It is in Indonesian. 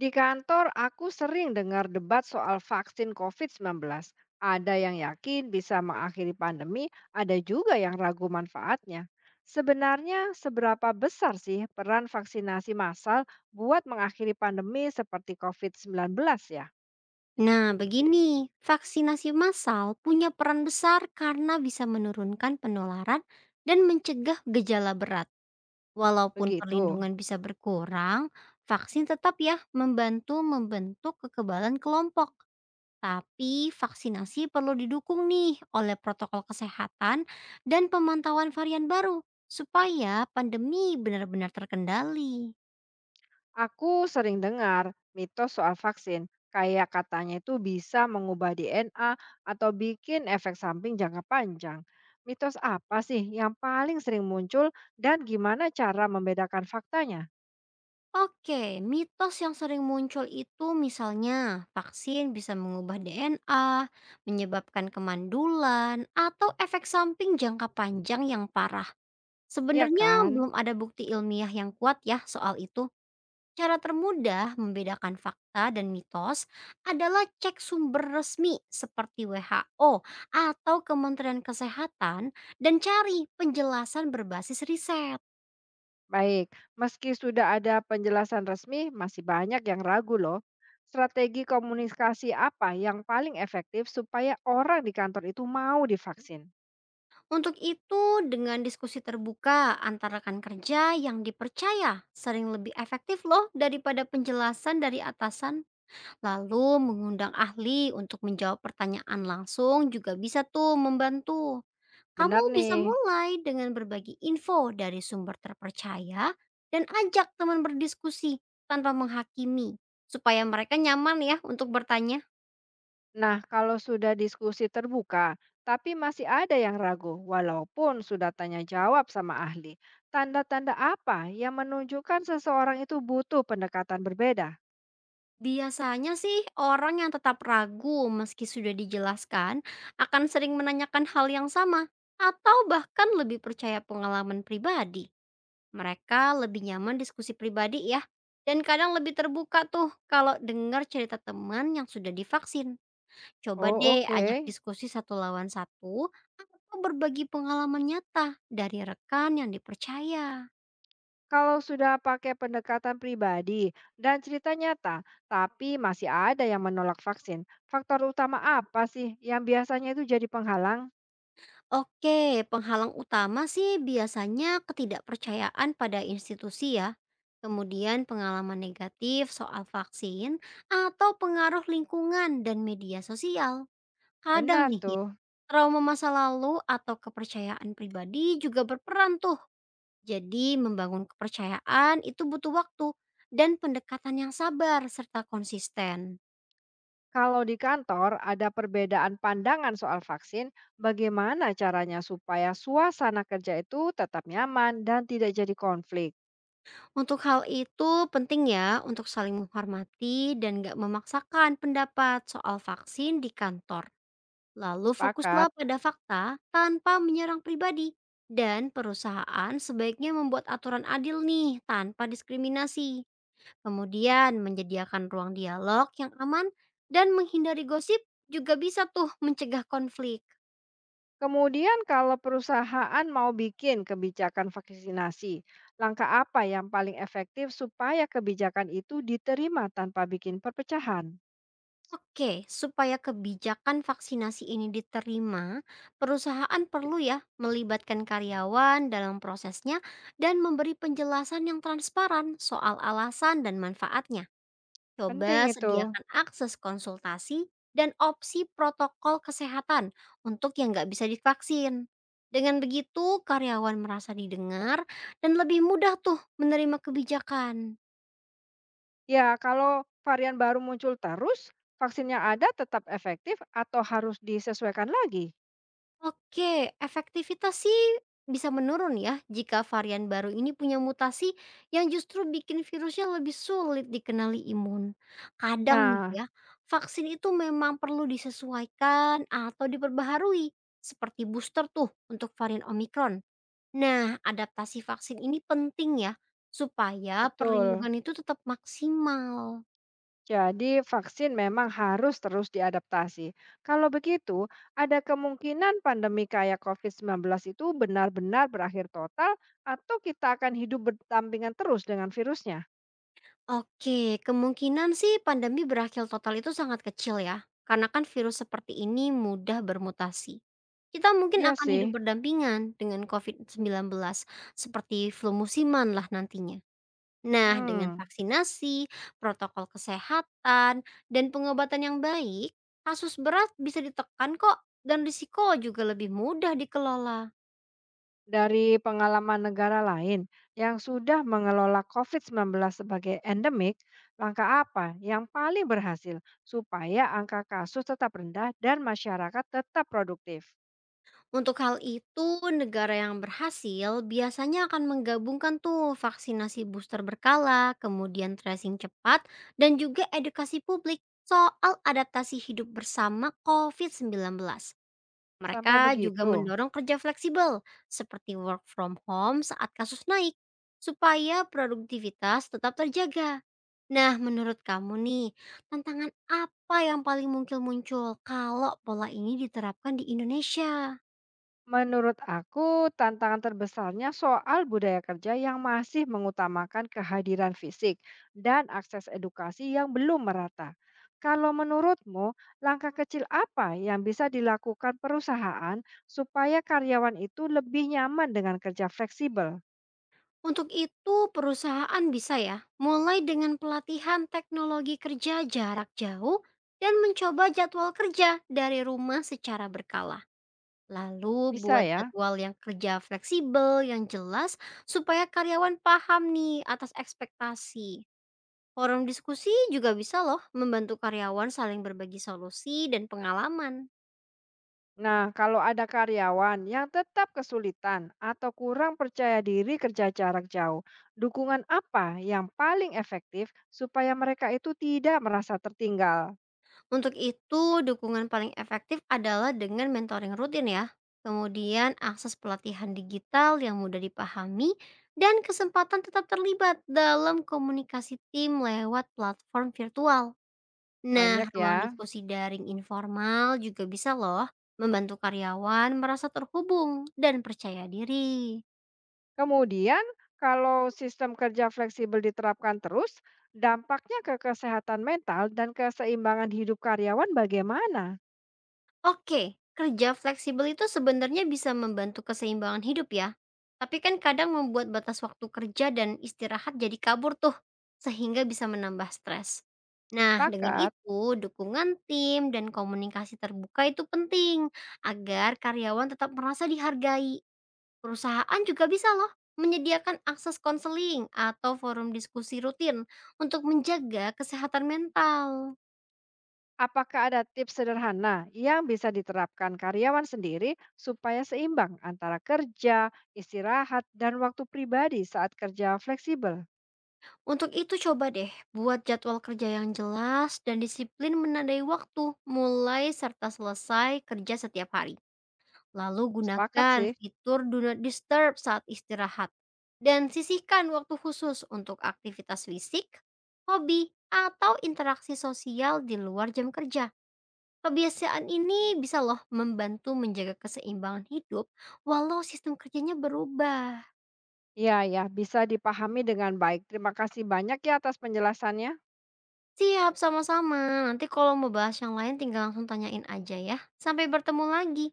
Di kantor, aku sering dengar debat soal vaksin covid sembilan belas. Ada yang yakin bisa mengakhiri pandemi, ada juga yang ragu manfaatnya. Sebenarnya, seberapa besar sih peran vaksinasi massal buat mengakhiri pandemi seperti covid sembilan belas ya? Nah, begini, vaksinasi massal punya peran besar karena bisa menurunkan penularan dan mencegah gejala berat. Walaupun Begitu. perlindungan bisa berkurang, vaksin tetap ya membantu membentuk kekebalan kelompok. Tapi vaksinasi perlu didukung nih oleh protokol kesehatan dan pemantauan varian baru supaya pandemi benar-benar terkendali. Aku sering dengar mitos soal vaksin, kayak katanya itu bisa mengubah DNA atau bikin efek samping jangka panjang. Mitos apa sih yang paling sering muncul dan gimana cara membedakan faktanya? Oke, mitos yang sering muncul itu misalnya vaksin bisa mengubah DNA, menyebabkan kemandulan, atau efek samping jangka panjang yang parah. Ya Sebenarnya kan? belum ada bukti ilmiah yang kuat ya soal itu. Cara termudah membedakan fakta dan mitos adalah cek sumber resmi seperti WHO atau Kementerian Kesehatan dan cari penjelasan berbasis riset. Baik, meski sudah ada penjelasan resmi, masih banyak yang ragu loh. Strategi komunikasi apa yang paling efektif supaya orang di kantor itu mau divaksin? Untuk itu, dengan diskusi terbuka antara rekan kerja yang dipercaya sering lebih efektif loh daripada penjelasan dari atasan. Lalu mengundang ahli untuk menjawab pertanyaan langsung juga bisa tuh membantu. Benar Kamu bisa nih. mulai dengan berbagi info dari sumber terpercaya dan ajak teman berdiskusi tanpa menghakimi supaya mereka nyaman ya untuk bertanya. Nah, kalau sudah diskusi terbuka, tapi masih ada yang ragu, walaupun sudah tanya jawab sama ahli, tanda-tanda apa yang menunjukkan seseorang itu butuh pendekatan berbeda? Biasanya sih orang yang tetap ragu meski sudah dijelaskan akan sering menanyakan hal yang sama atau bahkan lebih percaya pengalaman pribadi. Mereka lebih nyaman diskusi pribadi ya dan kadang lebih terbuka tuh kalau dengar cerita teman yang sudah divaksin. Coba Oh, deh oke. ajak diskusi satu lawan satu atau berbagi pengalaman nyata dari rekan yang dipercaya. Kalau sudah pakai pendekatan pribadi dan cerita nyata, tapi masih ada yang menolak vaksin, faktor utama apa sih yang biasanya itu jadi penghalang? Oke, penghalang utama sih biasanya ketidakpercayaan pada institusi ya, kemudian pengalaman negatif soal vaksin atau pengaruh lingkungan dan media sosial. Kadang Benar nih ya, tuh. trauma masa lalu atau kepercayaan pribadi juga berperan tuh. Jadi membangun kepercayaan itu butuh waktu dan pendekatan yang sabar serta konsisten. Kalau di kantor ada perbedaan pandangan soal vaksin, bagaimana caranya supaya suasana kerja itu tetap nyaman dan tidak jadi konflik? Untuk hal itu penting ya untuk saling menghormati dan gak memaksakan pendapat soal vaksin di kantor. Lalu Sepakat. fokuslah pada fakta tanpa menyerang pribadi. Dan perusahaan sebaiknya membuat aturan adil nih tanpa diskriminasi. Kemudian menyediakan ruang dialog yang aman dan menghindari gosip juga bisa tuh mencegah konflik. Kemudian kalau perusahaan mau bikin kebijakan vaksinasi, langkah apa yang paling efektif supaya kebijakan itu diterima tanpa bikin perpecahan? Oke, supaya kebijakan vaksinasi ini diterima, perusahaan perlu ya melibatkan karyawan dalam prosesnya dan memberi penjelasan yang transparan soal alasan dan manfaatnya. Penting Coba itu. sediakan akses konsultasi dan opsi protokol kesehatan untuk yang nggak bisa divaksin. Dengan begitu, karyawan merasa didengar dan lebih mudah tuh menerima kebijakan. Ya, kalau varian baru muncul terus, vaksin yang ada tetap efektif atau harus disesuaikan lagi? Oke, efektivitas sih bisa menurun ya jika varian baru ini punya mutasi yang justru bikin virusnya lebih sulit dikenali imun. Kadang nih Nah, ya, vaksin itu memang perlu disesuaikan atau diperbaharui seperti booster tuh untuk varian Omikron. Nah, adaptasi vaksin ini penting ya supaya betul. perlindungan itu tetap maksimal. Jadi, vaksin memang harus terus diadaptasi. Kalau begitu, ada kemungkinan pandemi kayak COVID-19 itu benar-benar berakhir total, atau kita akan hidup berdampingan terus dengan virusnya? Oke, kemungkinan sih pandemi berakhir total itu sangat kecil ya, karena kan virus seperti ini mudah bermutasi. Kita mungkin Iya akan hidup sih. berdampingan dengan covid sembilan belas seperti flu musiman lah nantinya. Nah, dengan Hmm. vaksinasi, protokol kesehatan, dan pengobatan yang baik, kasus berat bisa ditekan kok dan risiko juga lebih mudah dikelola. Dari pengalaman negara lain yang sudah mengelola COVID-19 sebagai endemik, langkah apa yang paling berhasil supaya angka kasus tetap rendah dan masyarakat tetap produktif? Untuk hal itu, negara yang berhasil biasanya akan menggabungkan tuh vaksinasi booster berkala, kemudian tracing cepat, dan juga edukasi publik soal adaptasi hidup bersama covid sembilan belas. Sampai Mereka juga begitu. mendorong kerja fleksibel, seperti work from home saat kasus naik, supaya produktivitas tetap terjaga. Nah, menurut kamu nih, tantangan apa yang paling mungkin muncul kalau pola ini diterapkan di Indonesia? Menurut aku, tantangan terbesarnya soal budaya kerja yang masih mengutamakan kehadiran fisik dan akses edukasi yang belum merata. Kalau menurutmu, langkah kecil apa yang bisa dilakukan perusahaan supaya karyawan itu lebih nyaman dengan kerja fleksibel? Untuk itu, perusahaan bisa ya mulai dengan pelatihan teknologi kerja jarak jauh dan mencoba jadwal kerja dari rumah secara berkala. Lalu Bisa buat ya? jadwal yang kerja fleksibel yang jelas supaya karyawan paham nih atas ekspektasi. Forum diskusi juga bisa loh membantu karyawan saling berbagi solusi dan pengalaman. Nah, kalau ada karyawan yang tetap kesulitan atau kurang percaya diri kerja jarak jauh, dukungan apa yang paling efektif supaya mereka itu tidak merasa tertinggal? Untuk itu, dukungan paling efektif adalah dengan mentoring rutin ya. Kemudian akses pelatihan digital yang mudah dipahami dan kesempatan tetap terlibat dalam komunikasi tim lewat platform virtual. Nah, Banyak ruang ya. diskusi daring informal juga bisa loh membantu karyawan merasa terhubung dan percaya diri. Kemudian, kalau sistem kerja fleksibel diterapkan terus, dampaknya ke kesehatan mental dan keseimbangan hidup karyawan bagaimana? Oke, kerja fleksibel itu sebenarnya bisa membantu keseimbangan hidup ya. Tapi kan kadang membuat batas waktu kerja dan istirahat jadi kabur tuh, sehingga bisa menambah stres. Nah, dengan Sepakat? itu, dukungan tim dan komunikasi terbuka itu penting agar karyawan tetap merasa dihargai. Perusahaan juga bisa loh menyediakan akses konseling atau forum diskusi rutin untuk menjaga kesehatan mental. Apakah ada tips sederhana yang bisa diterapkan karyawan sendiri supaya seimbang antara kerja, istirahat, dan waktu pribadi saat kerja fleksibel? Untuk itu coba deh buat jadwal kerja yang jelas dan disiplin menandai waktu mulai serta selesai kerja setiap hari. Lalu Sepakat gunakan sih. fitur do not disturb saat istirahat. Dan sisihkan waktu khusus untuk aktivitas fisik, hobi, atau interaksi sosial di luar jam kerja. Kebiasaan ini bisa loh membantu menjaga keseimbangan hidup walau sistem kerjanya berubah. Iya, ya, bisa dipahami dengan baik. Terima kasih banyak ya atas penjelasannya. Siap, sama-sama. Nanti kalau mau bahas yang lain tinggal langsung tanyain aja ya. Sampai bertemu lagi.